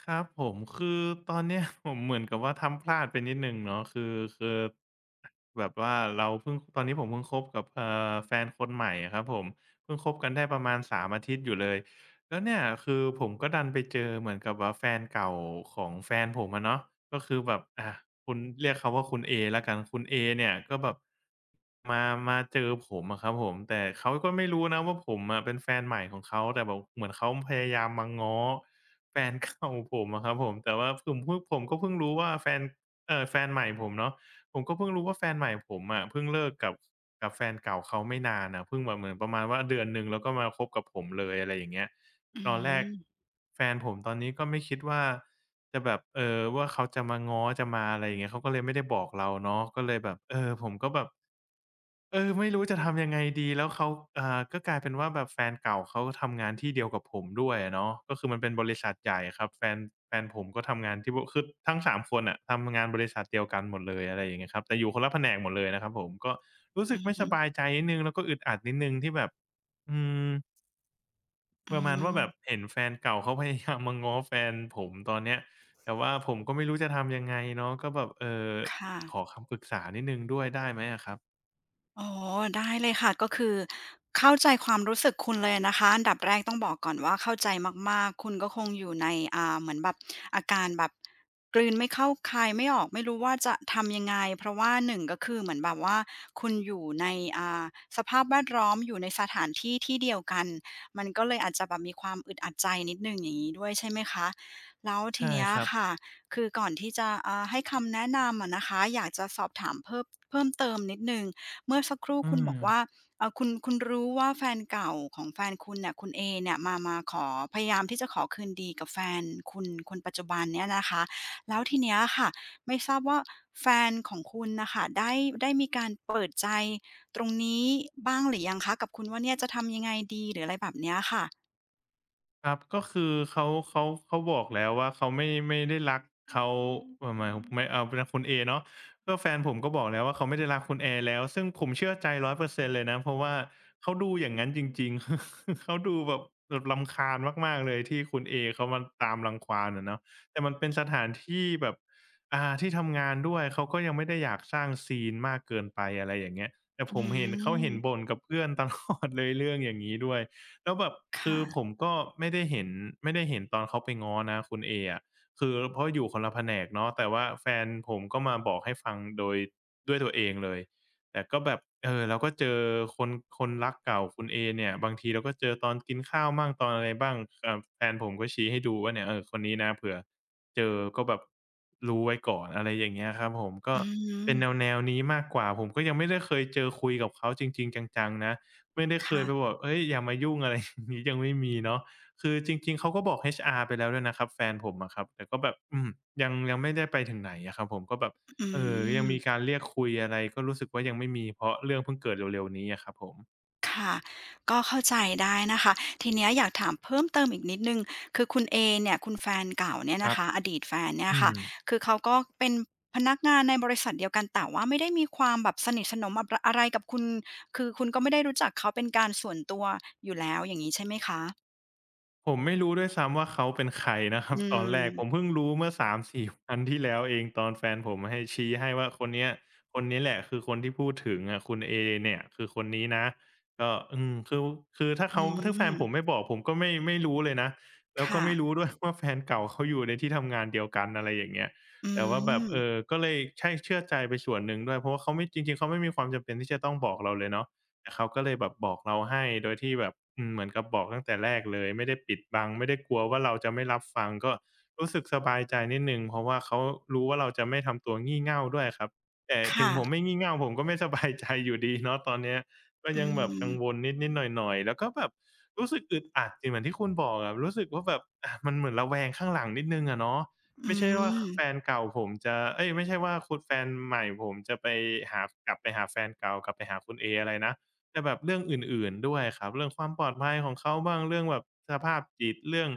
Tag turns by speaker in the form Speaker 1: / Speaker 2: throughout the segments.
Speaker 1: ครับผมคือตอนเนี้ย ผมเหมือนกับว่าทำพลาดไปนิดหนึ่งเนาะคือแบบว่าเราเพิ่งตอนนี้ผมเพิ่งคบกับแฟนคนใหม่อะครับผมเพิ่งคบกันได้ประมาณ3อาทิตย์อยู่เลยแล้วเนี่ยคือผมก็ดันไปเจอเหมือนกับว่าแฟนเก่าของแฟนผมอะเนาะก็คือแบบคุณเรียกเขาว่าคุณเอแล้วกันคุณเอเนี่ยก็แบบมามาเจอผมอะครับผมแต่เขาก็ไม่รู้นะว่าผมอะเป็นแฟนใหม่ของเขาแต่แบบเหมือนเขาพยายามมาง้อ แฟนเก่าผมอะครับผมแต่ว่าผมก็เพิ่งรู้ว่าแฟนแฟนใหม่ผมเนาะผมก็เพิ่งรู้ว่าแฟนใหม่ผมอะเพิ่งเลิกกับแฟนเก่าเขาไม่นานอะเพิ่งแบบเหมือนประมาณว่า1 เดือนแล้วก็มาคบกับผมเลยอะไรอย่างเงี้ย
Speaker 2: อื
Speaker 1: ตอนแรก
Speaker 2: ม
Speaker 1: แฟนผมตอนนี้ก็ไม่คิดว่าจะแบบว่าเขาจะมาง้อจะมาอะไรอย่างเงี้ยเขาก็เลยไม่ได้บอกเราเนาะก็เลยแบบเออผมก็แบบ เออไม่รู้จะทำยังไงดีแล้วเขาก็กลายเป็นว่าแบบแฟนเก่าเขาทำงานที่เดียวกับผมด้วยอะเนาะก็คือมันเป็นบริษัทใหญ่ครับแฟนผมก็ทำงานที่วคือทั้งสามคนน่ะทำงานบริษัทเดียวกันหมดเลยอะไรอย่างเงี้ยครับแต่อยู่คนละแผนกหมดเลยนะครับผมก็รู้สึ
Speaker 2: อื
Speaker 1: ก
Speaker 2: อ
Speaker 1: ไม่ส
Speaker 2: ฮึ
Speaker 1: บายใจนิดหนึ่งแล้วก็อึดอัดนิดหนึ่งที่แบบอืม
Speaker 2: อื
Speaker 1: ประมาณว่าแบบ
Speaker 2: ม
Speaker 1: เห็นแฟนเก่าเขาพยายามมาง้อแฟนผมตอนเนี้ยแต่ว่าผมก็ไม่รู้จะทำยังไงเนาะก็แบบ
Speaker 2: ค่ะ
Speaker 1: ขอคำปรึกษานิดหนึ่งด้วยได้ไหมอะครับ
Speaker 2: อ๋อได้เลยค่ะก็คือเข้าใจความรู้สึกคุณเลยนะคะอันดับแรกต้องบอกก่อนว่าเข้าใจมากๆคุณก็คงอยู่ในเหมือนแบบอาการแบบกลืนไม่เข้าคายไม่ออกไม่รู้ว่าจะทำยังไงเพราะว่า1ก็คือเหมือนแบบว่าคุณอยู่ในอ่าสภาพแวดล้อมอยู่ในสถานที่ที่เดียวกันมันก็เลยอาจจะแบบมีความอึดอัดใจนิดหนึ่งอย่างงี้ด้วยใช่ไหมคะแล้วที
Speaker 1: ใช่
Speaker 2: เนี้ย
Speaker 1: ครับ
Speaker 2: ค่ะคือก่อนที่จะให้คำแนะนำอะนะคะอยากจะสอบถามเพิ่มเติมนิดหนึ่ง เมื่อสักครู่
Speaker 1: อื
Speaker 2: คุณบ
Speaker 1: ม
Speaker 2: อกว่าคุณรู้ว่าแฟนเก่าของแฟนคุณเน่ยคุณเอเนี่ยมาขอพยายามที่จะขอคืนดีกับแฟนคุณคนปัจจุบันเนี่ยนะคะแล้วทีเนี้ยค่ะไม่ทราบว่าแฟนของคุณน่ะค่ะได้มีการเปิดใจตรงนี้บ้างหรือยังคะกับคุณว่าเนี่ยจะทำยังไงดีหรืออะไรแบบเนี้ยค่ะ
Speaker 1: ครับก็คือเขาบอกแล้วว่าเขาไม่ได้รักเขาหมายไม่เอาเป็นคุณเอเนาะก็แฟนผมก็บอกแล้วว่าเขาไม่ได้รักคุณแอแล้วซึ่งผมเชื่อใจ100%เปอร์เซ็นต์เลยนะเพราะว่าเขาดูอย่างงั้นจริงๆ เขาดูแบบรำคาญมากๆเลยที่คุณเอเขามาตามรังควานอะเนาะแต่มันเป็นสถานที่แบบที่ทำงานด้วยเขาก็ยังไม่ได้อยากสร้างซีนมากเกินไปอะไรอย่างเงี้ยแต่ผ
Speaker 2: อื
Speaker 1: มเห็นเขาเห็นบ่
Speaker 2: ม
Speaker 1: นกับเพื่อน ตลอดเลยเรื่องอย่างงี้ด้วย แล้วแบบคือผ
Speaker 2: ค่ะ
Speaker 1: มก็ไม่ได้เห็นไม่ได้เห็นตอนเขาไปง้อนะคุณเออะคือเพราะอยู่คนละแผนกเนาะแต่ว่าแฟนผมก็มาบอกให้ฟังโดยด้วยตัวเองเลยแต่ก็แบบเออเราก็เจอคนคนรักเก่าคุณเอเนี่ยบางทีเราก็เจอตอนกินข้าวบ้างตอนอะไรบ้างแฟนผมก็ชี้ให้ดูว่าเนี่ยเออคนนี้นะเผื่อเจอก็แบบรู้ไว้ก่อนอะไรอย่างเงี้ยครับผมก็
Speaker 2: อื
Speaker 1: เป็น
Speaker 2: ม
Speaker 1: แนวๆนี้มากกว่าผมก็ยังไม่ได้เคยเจอคุยกับเขาจริงๆจังๆนะ ไม่ได้เคย
Speaker 2: ค่ะ
Speaker 1: ไปบอกเฮ้ยอย่ามายุ่งอะไร อย่างงี้ยังไม่มีเนาะคือจริงๆเขาก็บอก HR ไปแล้วด้วยนะครับแฟนผมอะครับแต่ก็แบบอืมยังไม่ได้ไปถึงไหนอะครับผมก็แบบ
Speaker 2: อื
Speaker 1: ยังมีกา
Speaker 2: ม
Speaker 1: รเรียกคุยอะไรก็รู้สึกว่ายังไม่มีเพราะเรื่องเพิ่งเกิดเร็วๆนี้อะครับผม
Speaker 2: ค่ะก็เข้าใจได้นะคะทีเนี้ยอยากถามเพิ่มเติมอีกนิดหนึ่งคือคุณเอเนี่ยคุณแฟนเก่าเนี่ย
Speaker 1: ค
Speaker 2: นะ
Speaker 1: รับ
Speaker 2: คะอดีตแฟนเนี่ย
Speaker 1: อื
Speaker 2: ค่ะ
Speaker 1: ม
Speaker 2: คือเขาก็เป็นพนักงานในบริษัทเดียวกันแต่ว่าไม่ได้มีความแบบสนิทสนมอับรอะไรกับคุณคือคุณก็ไม่ได้รู้จักเขาเป็นการส่วนตัวอยู่แล้วอย่างงี้ใช่ไหมคะ
Speaker 1: ผมไม่รู้ด้วยซ้ำว่าเขาเป็นใครนะครั
Speaker 2: อื
Speaker 1: บ ตอนแรกผม
Speaker 2: ม
Speaker 1: เพิ่งรู้เมื่อ3-4วันที่แล้วเองตอนแฟนผมให้ชี้ให้ว่าคนเนี้ยคนนี้แหละคือคนที่พูดถึงอะคุณเอเนี่ยคือคนนี้นะก็อืมคือถ้า
Speaker 2: อื
Speaker 1: เขาถ้าแฟนผม
Speaker 2: ม
Speaker 1: ไม่บอกผมก็ไม่รู้เลยนะแล้วก็
Speaker 2: ค่ะ
Speaker 1: ไม่รู้ด้วย ว่าแฟนเก่าเขาอยู่ในที่ทำงานเดียวกันอะไรอย่างเงี้ย
Speaker 2: อื
Speaker 1: แต่ว่าแบบเออ
Speaker 2: ม
Speaker 1: ก็เลยใช่เชื่อใจไปส่วนหนึ่งด้วยเพราะว่าเขาไม่จริงๆเขาไม่มีความจำเป็นที่จะต้องบอกเราเลยเนาะ แต่เขาก็เลยแบบบอกเราให้โดยที่แบบอืมเหมือนกับบอกตั้งแต่แรกเลยไม่ได้ปิดบังไม่ได้กลัวว่าเราจะไม่รับฟังก็รู้สึกสบายใจนิดหนึ่งเพราะว่าเขารู้ว่าเราจะไม่ทำตัวงี่เง่าด้วยครับแต่ถึง
Speaker 2: ค่ะ
Speaker 1: ผมไม่งี่เง่าผมก็ไม่สบายใจอยู่ดีเนาะตอนเนี้ยก็
Speaker 2: อื
Speaker 1: ยังแบบ
Speaker 2: ม
Speaker 1: กังวลนิดๆหน่อยๆแล้วก็แบบรู้สึกอึดอัดจริงเหมือนที่คุณบอกอะรู้สึกว่าแบบมันเหมือนระแวงข้างหลังนิดหนึ่งอะเนาะ
Speaker 2: อื
Speaker 1: ไม่ใช่ว่าแฟ
Speaker 2: ม
Speaker 1: นเก่าผมจะเอ๊ยไม่ใช่ว่าคุณแฟนใหม่ผมจะไปหากลับไปหาแฟนเก่ากลับไปหาคุณเออะไรนะ แต่แบบเรื่องอื่นๆด้วยครับเรื่องความปลอดภัยของเขาบ้างเรื่องแบบสภาพจิตเรื่อง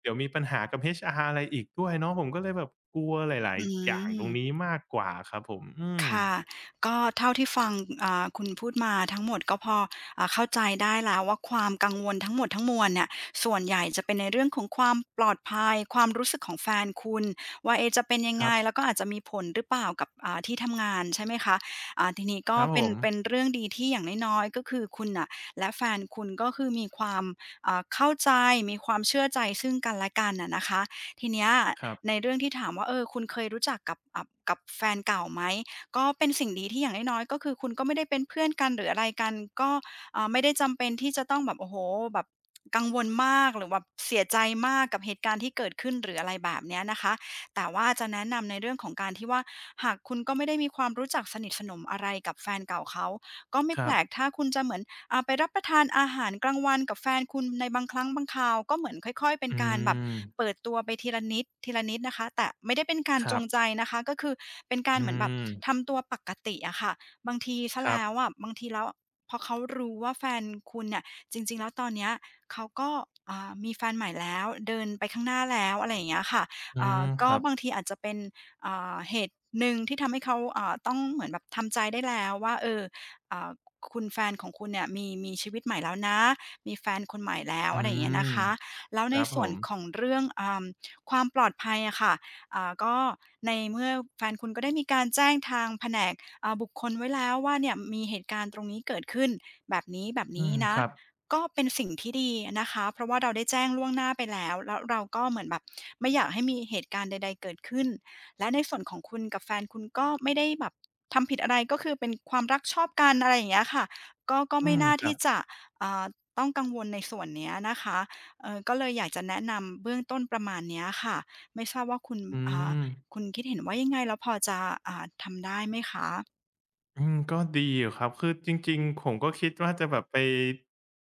Speaker 1: เดี๋ยวมีปัญหากับ HR อะไรอีกด้วยเนาะผมก็เลยแบบกลัวหลา
Speaker 2: อื
Speaker 1: ยๆอย่างตรง
Speaker 2: ม
Speaker 1: นี้มากกว่าครับผมอืม
Speaker 2: ค่ะก็เท่าที่ฟังคุณพูดมาทั้งหมดก็พอเข้าใจได้แล้วว่าความกังวลทั้งหมดทั้งมวลเนี่ยส่วนใหญ่จะเป็นในเรื่องของความปลอดภัยความรู้สึกของแฟนคุณว่าเอะจะเป็นยัง
Speaker 1: ค
Speaker 2: ไง
Speaker 1: รับ
Speaker 2: แล้วก็อาจจะมีผลหรือเปล่ากับที่ทำงานใช่ไหมคะทีนี้
Speaker 1: ค
Speaker 2: ก็
Speaker 1: รับผ
Speaker 2: เป็น
Speaker 1: ม
Speaker 2: เป็นเรื่องดีที่อย่างน้อยๆก็คือคุณน่ะและแฟนคุณก็คือมีความเข้าใจมีความเชื่อใจซึ่งกันและกันน่ะนะคะทีเนี้ย
Speaker 1: ครับ
Speaker 2: ในเรื่องที่ถามว่าเออคุณเคยรู้จักกับกับแฟนเก่าไหม ก็เป็นสิ่งดีที่อย่างน้อยๆก็คือคุณก็ไม่ได้เป็นเพื่อนกันหรืออะไรกันก็ไม่ได้จำเป็นที่จะต้องแบบโอ้โหแบบกังวลมากหรือแบบเสียใจมากกับเหตุการณ์ที่เกิดขึ้นหรืออะไรแบบเนี้ยนะคะแต่ว่าจะแนะนำในเรื่องของการที่ว่าหากคุณก็ไม่ได้มีความรู้จักสนิทสนมอะไรกับแฟนเก่าเขาก็ไม่
Speaker 1: ค
Speaker 2: แป
Speaker 1: รั
Speaker 2: ลก
Speaker 1: บ
Speaker 2: ถ้าคุณจะเหมือน ไปรับประทานอาหารกลางวันกับแฟนคุณในบางครั้งบางคราวก็เหมือนค่อยๆเป็น
Speaker 1: อื
Speaker 2: การแบบ
Speaker 1: ม
Speaker 2: เปิดตัวไปทีละนิดทีละนิดนะคะแต่ไม่ได้เป็นการ
Speaker 1: ค
Speaker 2: จ
Speaker 1: รั
Speaker 2: ง
Speaker 1: บ
Speaker 2: ใจนะคะก็คือเป็นการ
Speaker 1: อื
Speaker 2: เหมือนแบบ
Speaker 1: ม
Speaker 2: ทำตัวปกติอะค่ะบางทีซะ
Speaker 1: ครั
Speaker 2: แล้ว
Speaker 1: บ
Speaker 2: อะบางทีแล้วพอเขารู้ว่าแฟนคุณเนี่ยจริงๆแล้วตอนเนี้ยเขาก็มีแฟนใหม่แล้วเดินไปข้างหน้าแล้วอะไรอย่างเงี้ยค่ะ
Speaker 1: อืมค
Speaker 2: ก็
Speaker 1: รับ
Speaker 2: บางทีอาจจะเป็นเหตุหนึ่งที่ทำให้เขาต้องเหมือนแบบทำใจได้แล้วว่าเอออ่า คุณแฟนของคุณเนี่ยมีชีวิตใหม่แล้วนะมีแฟนคนใหม่แล้ว
Speaker 1: อื
Speaker 2: อะไรอย่างเงี้ย
Speaker 1: ม
Speaker 2: นะคะแล้ว
Speaker 1: ค
Speaker 2: ใน
Speaker 1: รับผ
Speaker 2: ส่วน
Speaker 1: ม
Speaker 2: ของเรื่องความปลอดภัยอะค่ะก็ในเมื่อแฟนคุณก็ได้มีการแจ้งทางแผนกบุคคลไว้แล้วว่าเนี่ยมีเหตุการณ์ตรงนี้เกิดขึ้นแบบนี้แบบ
Speaker 1: อื
Speaker 2: นี้
Speaker 1: ม
Speaker 2: นะ
Speaker 1: ครับ
Speaker 2: ก็เป็นสิ่งที่ดีนะคะเพราะว่าเราได้แจ้งล่วงหน้าไปแล้วแล้วเราก็เหมือนแบบไม่อยากให้มีเหตุการณ์ใดๆเกิดขึ้นและในส่วนของคุณกับแฟนคุณก็ไม่ได้แบบ ทำผิดอะไรก็คือเป็นความรักชอบกันอะไรอย่างเงี้ยค่ะก็
Speaker 1: อื
Speaker 2: ไม่
Speaker 1: ม
Speaker 2: น่า
Speaker 1: ครั
Speaker 2: ที่
Speaker 1: บ
Speaker 2: จะอ่าต้องกังวลในส่วนเนี้ยนะคะก็เลยอยากจะแนะนำเบื้องต้นประมาณเนี้ยค่ะไม่ทราบว่า
Speaker 1: อื
Speaker 2: อ่า
Speaker 1: ม
Speaker 2: คุณคิดเห็นว่ายังไงแล้วพอจะทำได้ไหมคะ
Speaker 1: อืมก็ดีอยู่ครับคือจริงๆผมก็คิดว่าจะแบบไป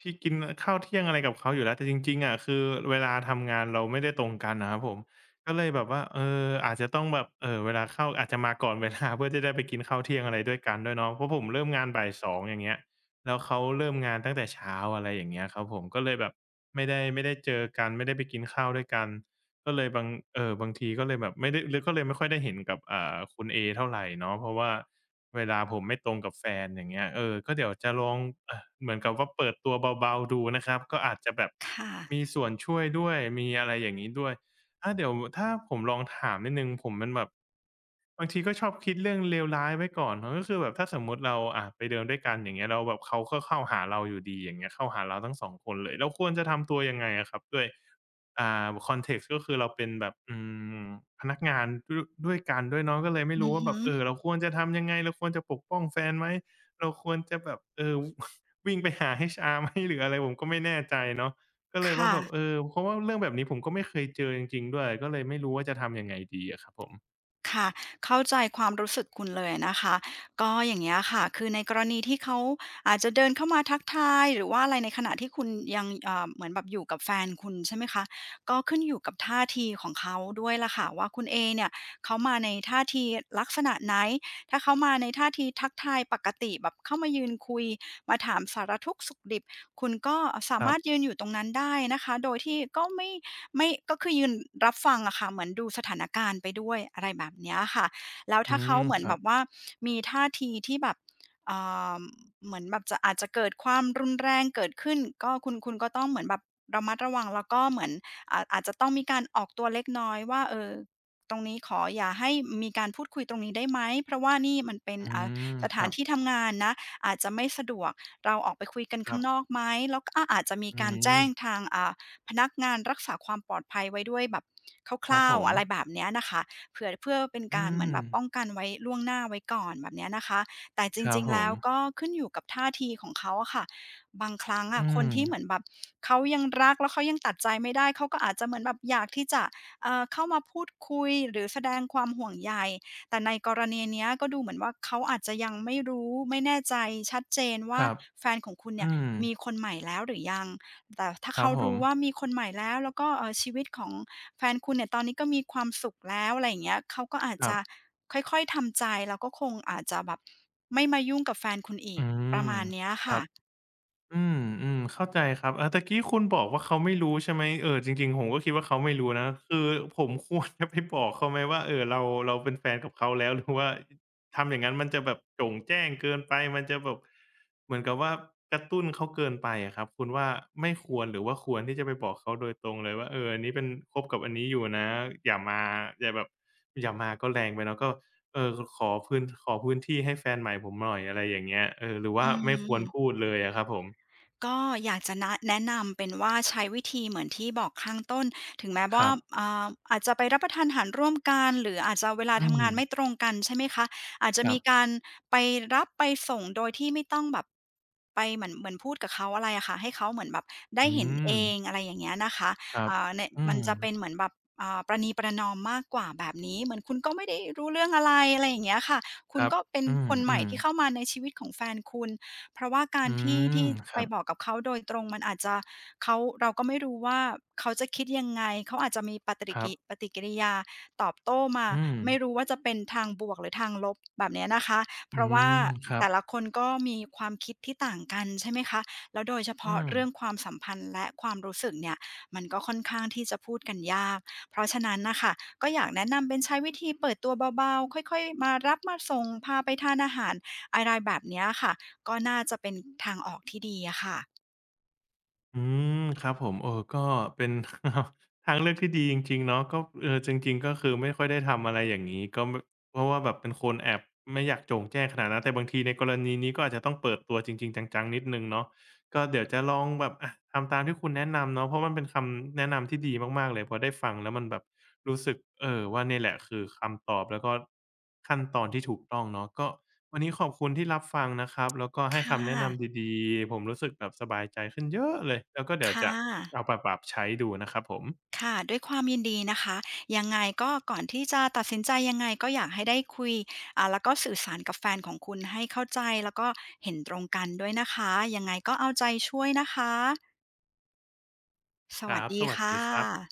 Speaker 1: ที่กินข้าวเที่ยงอะไรกับเขาอยู่แล้วแต่จริงๆอะคือเวลาทำงานเราไม่ได้ตรงกันนะครับผมก็เลยแบบว่าเอออาจจะต้องแบบเวลาเข้าอาจจะมาก่อนเวลาเพื่อที่จะได้ไปกินข้าวเที่ยงอะไรด้วยกันด้วยเนาะเพราะผมเริ่มงานบ่ายสองอย่างเงี้ยแล้วเขาเริ่มงานตั้งแต่เช้าอะไรอย่างเงี้ยครับผมก็เลยแบบไม่ได้เจอกันไม่ได้ไปกินข้าวด้วยกัน ก็เลยบางทีก็เลยแบบไม่ได้เลยก็เลยไม่ค่อยได้เห็นกับอ่าคุณเอเท่าไรเนาะเพราะว่าเวลาผมไม่ตรงกับแฟนอย่างเงี้ยเออก็เดี๋ยวจะลองเหมือนกับว่าเปิดตัวเบาๆดูนะครับก็อาจจะแบบ
Speaker 2: ค่ะ
Speaker 1: มีส่วนช่วยด้วยมีอะไรอย่างงี้ด้วยเดี๋ยวถ้าผมลองถามนิดหนึ่งผมมันแบบบางทีก็ชอบคิดเรื่องเลวร้ายไว้ก่อนเนาะก็คือแบบถ้าสมมุติเราอะไปเดินด้วยกันอย่างเงี้ยแล้วแบบเขาก็เข้าหาเราอยู่ดีอย่างเงี้ยเข้าหาเราทั้งสองคนเลย เราควรจะทำตัวยังไงอะครับด้วย อ่าคอนเท็กซ์ก็คือเราเป็นแบบอืมพนักงานด้วยกันด้วยเนาะก็เลยไม่
Speaker 2: อื
Speaker 1: รู้
Speaker 2: อ
Speaker 1: ว่าแบ
Speaker 2: ฮึ
Speaker 1: บเราควรจะทำยังไงเราควรจะปกป้องแฟนไหมเราควรจะแบบเออ วิ่งไปหา h ์ไหมหรืออะไรผมก็ไม่แน่ใจเนาะก็เลยว่า
Speaker 2: ค่ะ
Speaker 1: แบบเออเพราะว่าเรื่องแบบนี้ผมก็ไม่เคยเจอจริงๆด้วยก็เลยไม่รู้ว่าจะทำยังไงดีอะครับผม
Speaker 2: ค่ะเข้าใจความรู้สึกคุณเลยนะคะก็อย่างเงี้ยค่ะคือในกรณีที่เขาอาจจะเดินเข้ามาทักทายหรือว่าอะไรในขณะที่คุณยังเหมือนแบบอยู่กับแฟนคุณใช่ไหมคะก็ขึ้นอยู่กับท่าทีของเขาด้วยล่ะค่ะว่าคุณเอเนี่ยเขามาในท่าทีลักษณะไหนถ้าเขามาในท่าทีทักทายปกติแบบเข้ามายืนคุยมาถามสารทุกข์สุขดิบคุณก็สา
Speaker 1: ครั
Speaker 2: มารถยื
Speaker 1: บ
Speaker 2: นอยู่ตรงนั้นได้นะคะโดยที่ก็ไม่ ไม่ก็คือยืนรับฟังอะค่ะเหมือนดูสถานการณ์ไปด้วยอะไรแบบเนี้ยค่ะแล้ว
Speaker 1: อื
Speaker 2: ถ้าเขา
Speaker 1: ม
Speaker 2: เหมือ
Speaker 1: ค
Speaker 2: น
Speaker 1: รั
Speaker 2: แบ
Speaker 1: บ
Speaker 2: บว่ามีท่าทีที่แบบเอ่าเหมือนแบบจะอาจจะเกิดความรุนแรงเกิดขึ้นก็คุณก็ต้องเหมือนแบบระมัดระวังแล้วก็เหมือนอาจจะต้องมีการออกตัวเล็กน้อยว่าเออตรงนี้ขออย่าให้มีการพูดคุยตรงนี้ได้ไหมเพราะว่านี่มันเป็น
Speaker 1: อืม
Speaker 2: ส
Speaker 1: ค
Speaker 2: ถา
Speaker 1: รั
Speaker 2: น
Speaker 1: บ
Speaker 2: ที่ทำงานนะอาจจะไม่สะดวกเราออกไปคุยกัน
Speaker 1: ครั
Speaker 2: ข้าง
Speaker 1: บ
Speaker 2: นอกไหมแล้วก็อาจจะมี
Speaker 1: อื
Speaker 2: การแจ้
Speaker 1: ม
Speaker 2: งทางพนักงานรักษาความปลอดภัยไว้ด้วยแบบค
Speaker 1: ครับ
Speaker 2: ร่า
Speaker 1: ผ
Speaker 2: วๆ
Speaker 1: ม
Speaker 2: อะไรแบบเนี้ยนะคะเผื่อเพื่อเป็น
Speaker 1: อื
Speaker 2: การเหมือ
Speaker 1: ม
Speaker 2: นแบบป้องกันไว้ล่วงหน้าไว้ก่อนแบบเนี้ยนะคะแต่จ
Speaker 1: ครับ
Speaker 2: ริง
Speaker 1: ผ
Speaker 2: ๆแล้
Speaker 1: ม
Speaker 2: วก็ขึ้นอยู่กับท่าทีของเขาอะค่ะบางครั้ง
Speaker 1: อื
Speaker 2: อะคน
Speaker 1: ม
Speaker 2: ที่เหมือนแบบเขายังรักแล้วเขายังตัดใจไม่ได้เขาก็อาจจะเหมือนแบบอยากที่จะเข้ามาพูดคุยหรือแสดงความห่วงใยแต่ในกรณีเนี้ยก็ดูเหมือนว่าเขาอาจจะยังไม่รู้ไม่แน่ใจชัดเจน
Speaker 1: ค
Speaker 2: ว่า
Speaker 1: รับ
Speaker 2: แฟนของคุณเนี่
Speaker 1: อื
Speaker 2: ย
Speaker 1: ม
Speaker 2: มีคนใหม่แล้วหรือยัง แต่ถ้า
Speaker 1: ครั
Speaker 2: เขา
Speaker 1: บผม
Speaker 2: รู้ว่ามีคนใหม่แล้วแล้วก็ชีวิตของแฟนคุณเนี่ยตอนนี้ก็มีความสุขแล้วอะไรอย่างเงี้ยเขาก็อาจ
Speaker 1: ครั
Speaker 2: จะ
Speaker 1: บ
Speaker 2: ค่อยๆทำใจแล้วก็คงอาจจะแบบไม่มายุ่งกับแฟนคุณอี
Speaker 1: อื
Speaker 2: กป
Speaker 1: ม
Speaker 2: ระมาณเนี้ย
Speaker 1: ครั
Speaker 2: ค่ะ
Speaker 1: บ อืมอืมเข้าใจครับเออตะกี้คุณบอกว่าเขาไม่รู้ใช่ไหมเออจริงๆผมก็คิดว่าเขาไม่รู้นะคือผมควรจะไปบอกเขาไหมว่าเออเราเป็นแฟนกับเขาแล้วหรือว่าทำอย่างงั้นมันจะแบบโจ่งแจ้งเกินไปมันจะแบบเหมือนกับว่ากระตุ้นเขาเกินไปอะครับคุณว่าไม่ควรหรือว่าควรที่จะไปบอกเขาโดยตรงเลยว่าเอออันนี้เป็นคบกับอันนี้อยู่นะอย่ามาอย่าแบบอย่ามาก็แรงไปเนาะก็เออขอพื้นที่ให้แฟนใหม่ผมหน่อยอะไรอย่างเงี้ยเออหรือ
Speaker 2: อื
Speaker 1: ว่าไม่ควร
Speaker 2: ม
Speaker 1: พูดเลยอะครับผม
Speaker 2: ก็อยากจะแนะนำเป็นว่าใช้วิธีเหมือนที่บอกข้างต้นถึงแม้
Speaker 1: ค
Speaker 2: ว่า
Speaker 1: รับ
Speaker 2: อ่าอาจจะไปรับประทานอาหารร่วมกันหรืออาจจะเวลา
Speaker 1: อื
Speaker 2: ทำงานไม่
Speaker 1: ม
Speaker 2: ตรงกันใช่ไหมคะอาจจะ
Speaker 1: ครั
Speaker 2: มี
Speaker 1: บ
Speaker 2: การไปรับไปส่งโดยที่ไม่ต้องแบบไปเหมือนพูดกับเขาอะไรอะค่ะให้เขาเหมือนแบบได้
Speaker 1: อื
Speaker 2: เห็นเอ
Speaker 1: ม
Speaker 2: งอะไรอย่างเงี้ยนะคะ
Speaker 1: ครับ
Speaker 2: ในย
Speaker 1: อื
Speaker 2: มัน
Speaker 1: ม
Speaker 2: จะเป็นเหมือนแบบประนีประนอมมากกว่าแบบนี้เหมือนคุณก็ไม่ได้รู้เรื่องอะไรอะไรอย่างเงี้ยค่ะคุ
Speaker 1: ค
Speaker 2: ณ
Speaker 1: รับ
Speaker 2: ก็เป็น
Speaker 1: อ
Speaker 2: คนให
Speaker 1: ื
Speaker 2: ม่
Speaker 1: มๆ
Speaker 2: ที่เข้ามาในชีวิตของแฟนคุณ เพราะว่าการ
Speaker 1: อื
Speaker 2: ที่
Speaker 1: ม
Speaker 2: ที่
Speaker 1: ค
Speaker 2: ไป
Speaker 1: รับ
Speaker 2: บอกกับเขาโดยตรงมันอาจจะเขาเราก็ไม่รู้ว่าเขาจะคิดยังไงเขาอาจจะมี
Speaker 1: ครับ
Speaker 2: ปฏิกิริยาตอบโต้มา
Speaker 1: อืม
Speaker 2: ไม่รู้ว่าจะเป็นทางบวกหรือทางลบแบบเนี้ยนะคะเพ
Speaker 1: อื
Speaker 2: ราะว่า
Speaker 1: มครับ
Speaker 2: แต่ละคนก็มีความคิดที่ต่างกันใช่ไหมคะแล้วโดยเฉ
Speaker 1: อื
Speaker 2: พาะ
Speaker 1: ม
Speaker 2: เรื่องความสัมพันธ์และความรู้สึกเนี่ยมันก็ค่อนข้างที่จะพูดกันยากเพราะฉะนั้นน่ะค่ะก็อยากแนะนำเป็นใช้วิธีเปิดตัวเบาๆค่อยๆมารับมาส่งพาไปทานอาหารอะไรแบบเนี้ยค่ะ ก็น่าจะเป็นทางออกที่ดีอะค่ะ
Speaker 1: อืมครับผมเออก็เป็น ทางเลือกที่ดีจริงๆเนาะก็เออจริงๆก็คือไม่ค่อยได้ทำอะไรอย่างงี้ก็มเพราะว่าแบบเป็นคนแอบไม่อยากโจ่งแจ้งขนาดนั้นแต่บางทีในกรณีนี้ก็อาจจะต้องเปิดตัวจริงๆ จังๆ นิดหนึ่งเนาะก็เดี๋ยวจะลองแบบอะทำตามที่คุณแนะนำเนาะเพราะมันเป็นคำแนะนำที่ดีมากๆเลยพอได้ฟังแล้วมันแบบ รู้สึกว่าเนี่ยแหละคือคำตอบแล้วก็ขั้นตอนที่ถูกต้องเนาะก็วันนี้ขอบคุณที่รับฟังนะครับแล้วก็ให้
Speaker 2: ค่ะ
Speaker 1: คำแนะนำดีๆผมรู้สึกแบบสบายใจขึ้นเยอะเลยแล้วก็เดี๋ยว
Speaker 2: ค่ะ
Speaker 1: จะเอาไปปรับใช้ดูนะครับผม
Speaker 2: ค่ะด้วยความยินดีนะคะยังไงก็ก่อนที่จะตัดสินใจยังไงก็อยากให้ได้คุยแล้วก็สื่อสารกับแฟนของคุณให้เข้าใจแล้วก็เห็นตรงกันด้วยนะคะยังไงก็เอาใจช่วยนะคะ ส
Speaker 1: ค
Speaker 2: วัส
Speaker 1: รับ
Speaker 2: ดี
Speaker 1: สวัส
Speaker 2: ค่ะ
Speaker 1: ดีครับ